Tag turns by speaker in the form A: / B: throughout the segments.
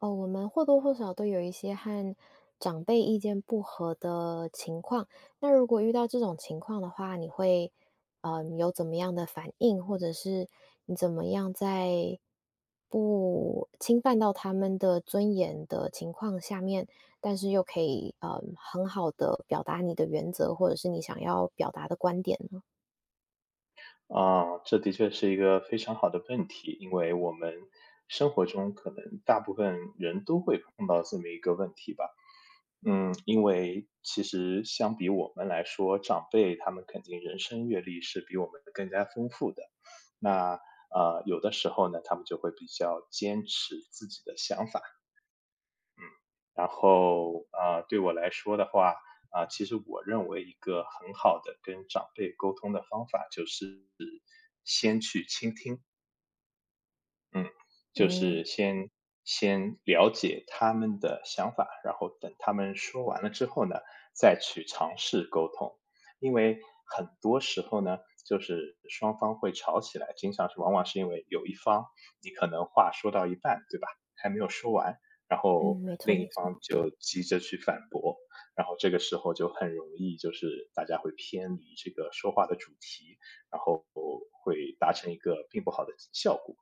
A: 哦，我们或多或少都有一些和长辈意见不合的情况。那如果遇到这种情况的话，你会，有怎么样的反应，或者是你怎么样在侵犯到他们的尊严的情况下面，但是又可以，很好的表达你的原则，或者是你想要表达的观点呢？
B: 啊，这的确是一个非常好的问题，因为我们生活中可能大部分人都会碰到这么一个问题吧。嗯，因为其实相比我们来说，长辈他们肯定人生阅历是比我们更加丰富的。那有的时候呢，他们就会比较坚持自己的想法。然后对我来说的话，其实我认为一个很好的跟长辈沟通的方法就是先去倾听，嗯，就
A: 嗯，
B: 是先了解他们的想法，然后等他们说完了之后呢，再去尝试沟通。因为很多时候呢，就是双方会吵起来，经常是往往是因为有一方你可能话说到一半，对吧？还没有说完，然
A: 嗯，
B: 后
A: 没错
B: 另一
A: 没错。
B: 方就急着去反驳，然后这个时候就很容易就是大家会偏离这个说话的主题，然后会达成一个并不好的效果。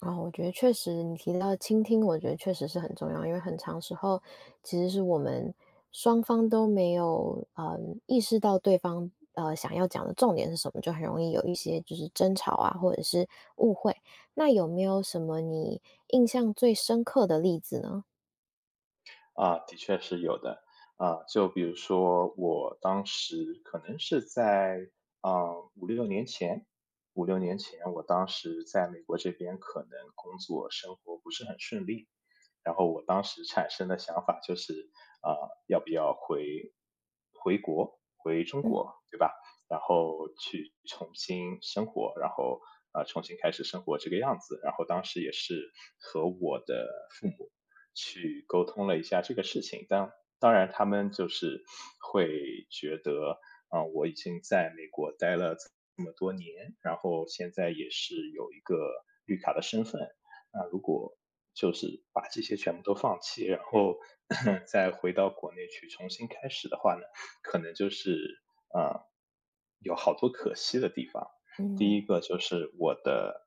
A: 啊，我觉得确实，你提到倾听，我觉得确实是很重要，因为很长时候其实是我们双方都没有意识到对方想要讲的重点是什么，就很容易有一些就是争吵啊，或者是误会。那有没有什么你印象最深刻的例子呢？
B: 啊，的确是有的。啊，就比如说我当时可能是在，啊五六年前五六年前，我当时在美国这边可能工作生活不是很顺利。然后我当时产生的想法就是，要不要回国，回中
A: 嗯
B: 国，对吧？然后去重新生活，然后重新开始生活这个样子。然后当时也是和我的父母去沟通了一下这个事情，当然他们就是会觉得，我已经在美国待了这么多年，然后现在也是有一个绿卡的身份，那如果就是把这些全部都放弃，然后 再回到国内去重新开始的话呢，可能就是呃有好多可惜的地方。第一
A: 嗯
B: 个就是我的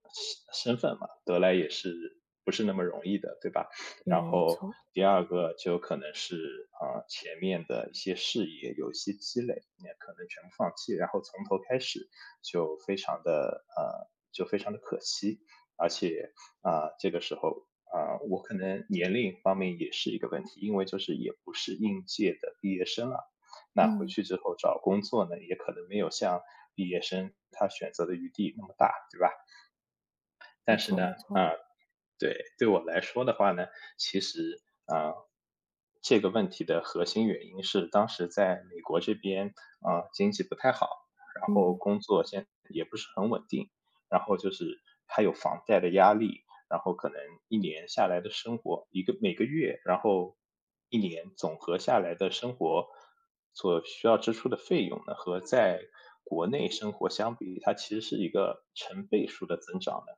B: 身份嘛，得来也是不是那么容易的，对吧？然
A: 嗯，没
B: 后
A: 错，
B: 第二个就可能是前面的一些事业有一些积累，你也可能全部放弃，然后从头开始，就非常的呃就非常的可惜。而且这个时候啊，我可能年龄方面也是一个问题，因为就是也不是应届的毕业生啊，那回
A: 嗯，
B: 去之后找工作呢，也可能没有像毕业生他选择的余地那么大，对吧？
A: 没
B: 但是
A: 错
B: 呢，
A: 没错，
B: 啊，对，对我来说的话呢，其实，这个问题的核心原因是当时在美国这边，经济不太好，然后
A: 嗯
B: 工作现也不是很稳定，然后就是还有房贷的压力，然后可能一年下来的生活，一个每个月，然后一年总和下来的生活所需要支出的费用呢，和在国内生活相比，它其实是一个成倍数的增长的。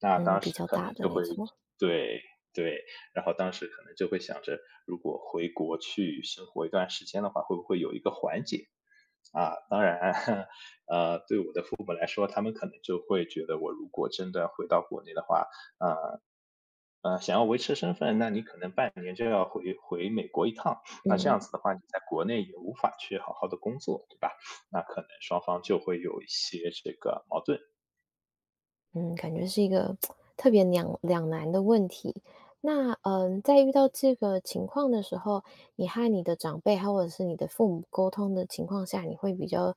B: 那
A: 嗯，
B: 当
A: 比
B: 时
A: 较
B: 可能
A: 大的
B: 就
A: 没
B: 会
A: 错，
B: 对，对，然后当时可能就会想着，如果回国去生活一段时间的话，会不会有一个缓解？啊，当然 父母来说，他们可能就会觉得我如果真的回到国内的话，呃，想要维持身份，那你可能半年就要回美国一趟，那这
A: 嗯。
B: 样子的话，你在国内也无法去好好的工作，对吧？那可能双方就会有一些这个矛盾。
A: 嗯，感觉是一个特别两难的问题。那在遇到这个情况的时候，你和你的长辈，或者是你的父母沟通的情况下，你会比较，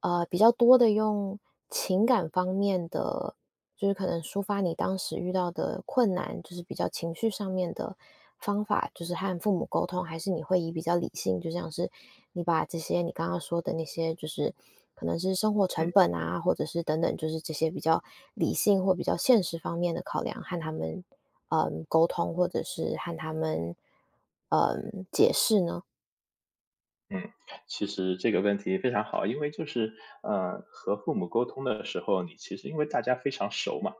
A: 比较多的用情感方面的，就是可能抒发你当时遇到的困难，就是比较情绪上面的方法，就是和父母沟通，还是你会以比较理性，就像是你把这些你刚刚说的那些，就是可能是生活
B: 嗯。
A: 成本啊，或者是等等，就是这些比较理性或比较现实方面的考量，和他们沟通，或者是和他们解释呢？
B: 嗯，其实这个问题非常好，因为就是，和父母沟通的时候，你其实因为大家非常熟嘛，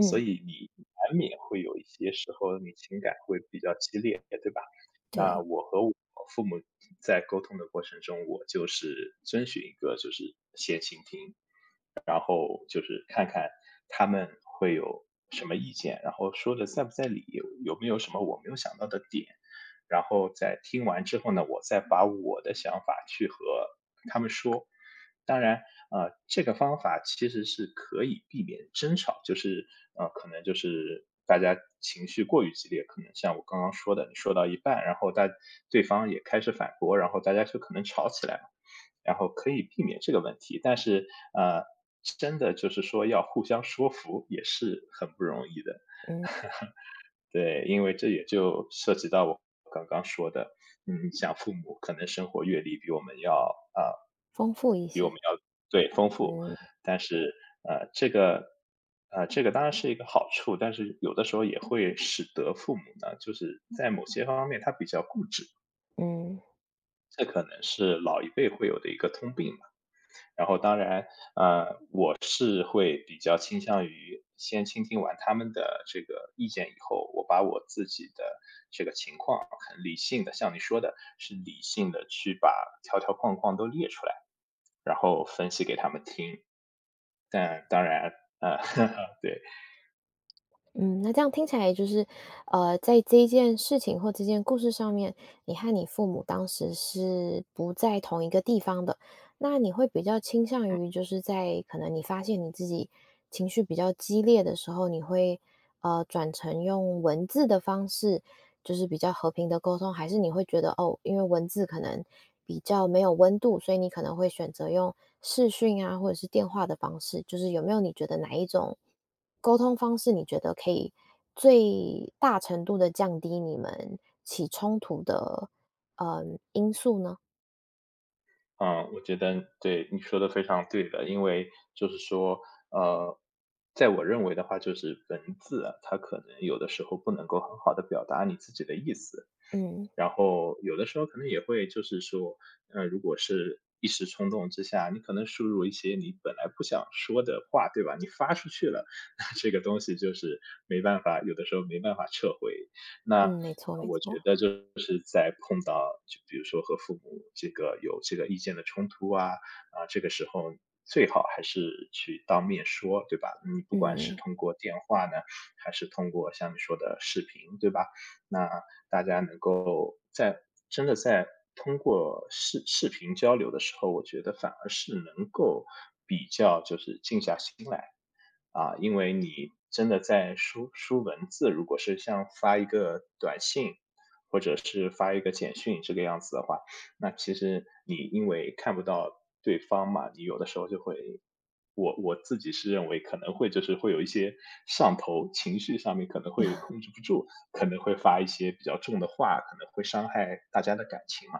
B: 所以你难免会有一些时候你情感会比较激烈，对吧？那
A: 对，
B: 我和我父母在沟通的过程中，我就是遵循一个就是先倾听，然后就是看看他们会有什么意见，然后说的在不在理，有没有什么我没有想到的点，然后在听完之后呢，我再把我的想法去和他们说。当然，这个方法其实是可以避免争吵，就是可能就是大家情绪过于激烈，可能像我刚刚说的，你说到一半，然后大对方也开始反驳，然后大家就可能吵起来了。然后可以避免这个问题。但是，呃，真的就是说要互相说服也是很不容易的，
A: 嗯，
B: 对，因为这也就涉及到我刚刚说的，嗯，像父母可能生活阅历比我们要啊、
A: 丰富一
B: 比我们
A: 些，
B: 要对丰富，
A: 嗯，
B: 但是呃，这个这个当然是一个好处，但是有的时候也会使得父母呢，就是在某些方面他比较固执，
A: 嗯。
B: 这可能是老一辈会有的一个通病。然后当然，我是会比较倾向于先倾听完他们的这个意见以后，我把我自己的这个情况很理性的，像你说的，是理性的去把条条框框都列出来，然后分析给他们听。但当然，呃，对，
A: 嗯，那这样听起来就是，在这一件事情或这件故事上面，你和你父母当时是不在同一个地方的。那你会比较倾向于，就是在可能你发现你自己情绪比较激烈的时候，你会转成用文字的方式，就是比较和平的沟通，还是你会觉得哦，因为文字可能比较没有温度，所以你可能会选择用视讯啊，或者是电话的方式，就是有没有你觉得哪一种沟通方式，你觉得可以最大程度的降低你们起冲突的，因素呢？
B: 嗯，我觉得对，你说的非常对的，因为就是说，呃，在我认为的话，就是文字啊它可能有的时候不能够很好的表达你自己的意思。
A: 嗯，
B: 然后有的时候可能也会就是说，如果是一时冲动之下，你可能输入一些你本来不想说的话，对吧？你发出去了，那这个东西就是没办法，有的时候没办法撤回。那
A: 嗯，没错没
B: 我觉
A: 错，
B: 得就是在碰到就比如说和父母这个有这个意见的冲突啊，啊，这个时候最好还是去当面说，对吧？你不管是
A: 嗯。
B: 通过电话呢，还是通过像你说的视频，对吧？那大家能够在真的在通过视频交流的时候，我觉得反而是能够比较就是静下心来啊，因为你真的在输文字，如果是像发一个短信，或者是发一个简讯这个样子的话，那其实你因为看不到对方嘛，你有的时候就会，我自己是认为可能会就是会有一些上头，情绪上面可能会控制不住，可能会发一些比较重的话，可能会伤害大家的感情嘛。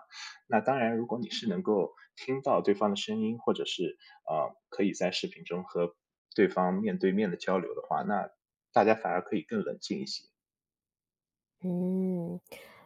B: 那当然，如果你是能够听到对方的声音，或者是可以在视频中和对方面对面的交流的话，那大家反而可以更冷静一些，
A: 嗯，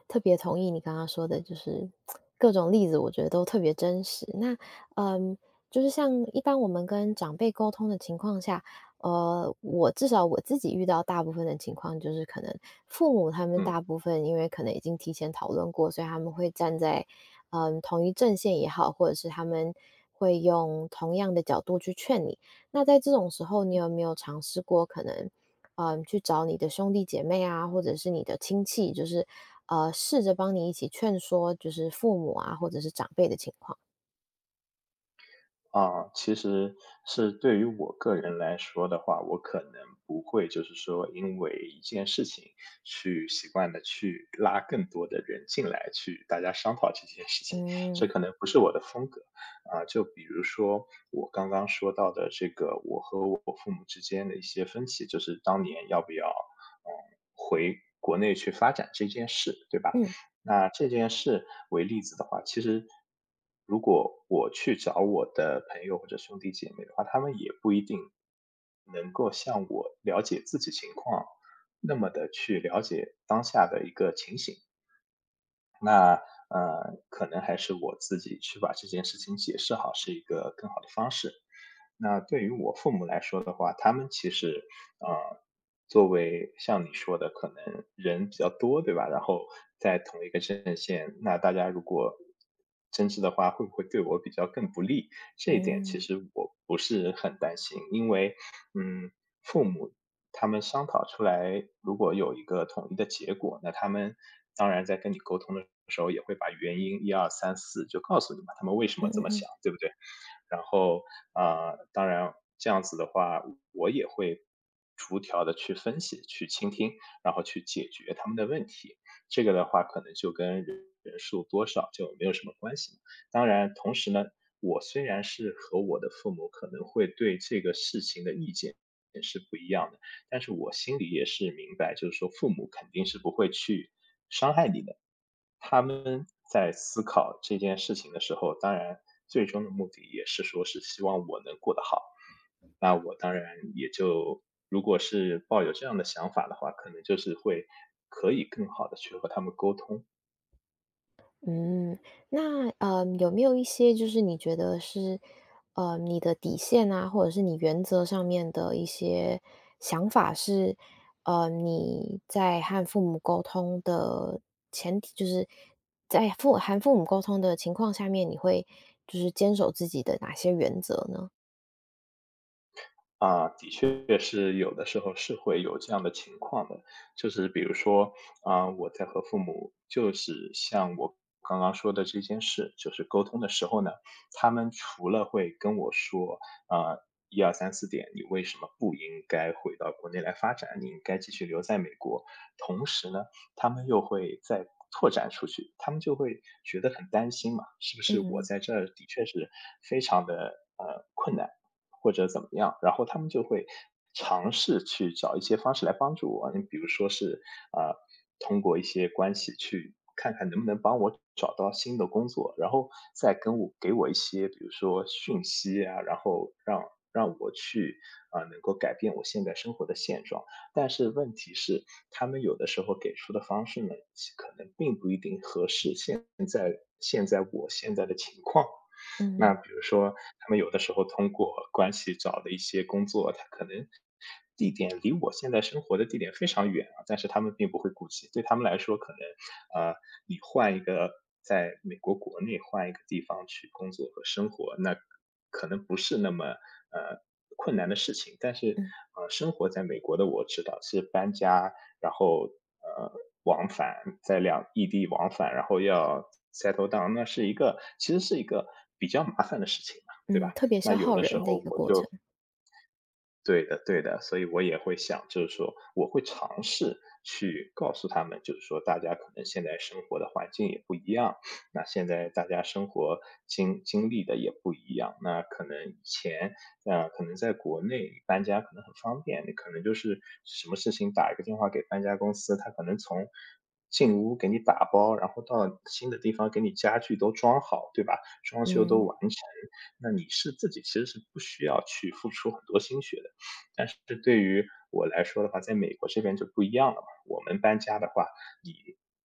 A: 特别同意你刚刚说的，就是各种例子，我觉得都特别真实。那，嗯，就是像一般我们跟长辈沟通的情况下，我至少我自己遇到大部分的情况，就是可能父母他们
B: 嗯。
A: 大部分因为可能已经提前讨论过，所以他们会站在同一阵线也好，或者是他们会用同样的角度去劝你。那在这种时候，你有没有尝试过可能，去找你的兄弟姐妹啊，或者是你的亲戚，就是，试着帮你一起劝说，就是父母啊，或者是长辈的情况？
B: 啊，其实是对于我个人来说的话，我可能不会就是说因为一件事情去习惯的去拉更多的人进来，去大家商讨这件事情，这
A: 嗯，
B: 可能不是我的风格。啊，就比如说我刚刚说到的这个我和我父母之间的一些分歧，就是当年要不要，嗯，回国内去发展这件事，对吧？
A: 嗯，
B: 那这件事为例子的话，其实如果我去找我的朋友或者兄弟姐妹的话，他们也不一定能够像我了解自己情况那么的去了解当下的一个情形。那，可能还是我自己去把这件事情解释好，是一个更好的方式。那对于我父母来说的话，他们其实，呃，作为像你说的，可能人比较多，对吧？然后在同一个阵线，那大家如果争执的话，会不会对我比较更不利？这一点其
A: 嗯，
B: 实我不是很担心，因为，嗯，父母他们商讨出来，如果有一个统一的结果，那他们当然在跟你沟通的时候，也会把原因一二三四就告诉你嘛，他们为什么
A: 嗯
B: 这
A: 嗯
B: 么
A: 嗯。
B: 想，对不对？然后当然这样子的话，我也会逐条的去分析、去倾听，然后去解决他们的问题。这个的话，可能就跟人数多少就没有什么关系了。当然，同时呢，我虽然是和我的父母可能会对这个事情的意见也是不一样的。但是我心里也是明白，就是说父母肯定是不会去伤害你的。他们在思考这件事情的时候，当然最终的目的也是说是希望我能过得好。那我当然也就如果是抱有这样的想法的话，可能就是会可以更好的去和他们沟通。
A: 嗯，那有没有一些就是你觉得是你的底线啊，或者是你原则上面的一些想法是，你在和父母沟通的前提，就是在和父母沟通的情况下面，你会就是坚守自己的哪些原则呢？
B: 啊，的确是有的时候是会有这样的情况的，就是比如说，啊，我在和父母就是像我刚刚说的这件事，就是沟通的时候呢，他们除了会跟我说，啊，一二三四点，你为什么不应该回到国内来发展？你应该继续留在美国。同时呢，他们又会再拓展出去，他们就会觉得很担心嘛，是不是我
A: 嗯
B: 在这儿的确是非常的困难，或者怎么样，然后他们就会尝试去找一些方式来帮助我。你比如说是啊、通过一些关系去看看能不能帮我找到新的工作，然后再跟我给我一些比如说讯息啊，然后让我去能够改变我现在生活的现状。但是问题是，他们有的时候给出的方式呢，可能并不一定合适现在现在我现在的情况。那
A: 嗯
B: 比如说他们有的时候通过关系找的一些工作，他可能地点离我现在生活的地点非常远啊，但是他们并不会顾及。对他们来说，可能，呃，你换一个在美国国内换一个地方去工作和生活，那可能不是那么，困难的事情。但是，
A: 嗯
B: 生活在美国的我知道，是搬家然后呃往返在异地往返，然后要 settle down，那是一个其实是一个比较麻烦的事情嘛，对
A: 嗯，
B: 吧？
A: 特别
B: 那
A: 消
B: 有
A: 耗
B: 的时
A: 人的一
B: 候
A: 个
B: 我
A: 过程。
B: 就。对的，对的，所以我也会想，就是说我会尝试去告诉他们，就是说大家可能现在生活的环境也不一样，那现在大家生活经历的也不一样，那可能以前，可能在国内搬家可能很方便，你可能就是什么事情打一个电话给搬家公司，他可能从进屋给你打包，然后到新的地方给你家具都装好，对吧？装修都
A: 嗯
B: 完成，那你是自己其实是不需要去付出很多心血的。但是对于我来说的话，在美国这边就不一样了嘛。我们搬家的话，你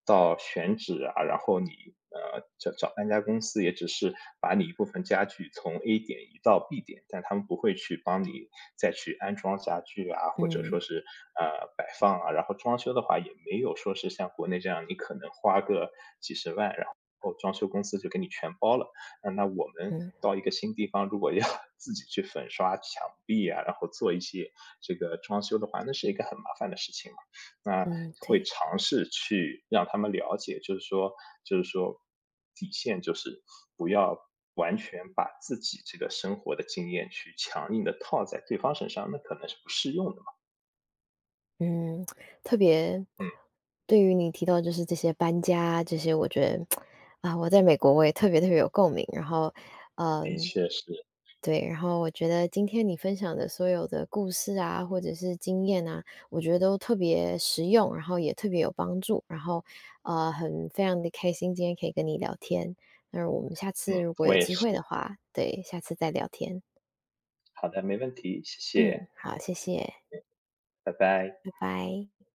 B: 到选址啊，然后你找找搬家公司，也只是把你一部分家具从 A 点移到 B 点，但他们不会去帮你再去安装家具啊，或者说
A: 嗯
B: 是呃摆放啊。然后装修的话，也没有说是像国内这样，你可能花个几十万，然后装修公司就给你全包了。啊，那我们
A: 嗯
B: 到一个新地方，如果要 自己去粉刷墙壁啊，然后做一些这个装修的话，那是一个很麻烦的事情嘛。那
A: 嗯，
B: 会
A: 对。
B: 尝试去让他们了解，就是说，就是说，底线就是不要完全把自己这个生活的经验去强硬的套在对方身上，那可能是不适用的嘛。
A: 嗯，特别
B: 嗯，
A: 对于你提到就是这些搬家啊这些，我觉得啊，我在美国我也特别特别有共鸣。然后，
B: 的
A: 嗯，
B: 确是，
A: 对，然后我觉得今天你分享的所有的故事啊，或者是经验啊，我觉得都特别实用，然后也特别有帮助。然后，很非常的开心今天可以跟你聊天。那我们下
B: 嗯，
A: 次如果
B: 我
A: 有
B: 也
A: 机会的
B: 是。
A: 话，对，下次再聊天。
B: 好的，没问题，谢谢，
A: 嗯，好，谢谢，
B: 拜拜。
A: 拜拜。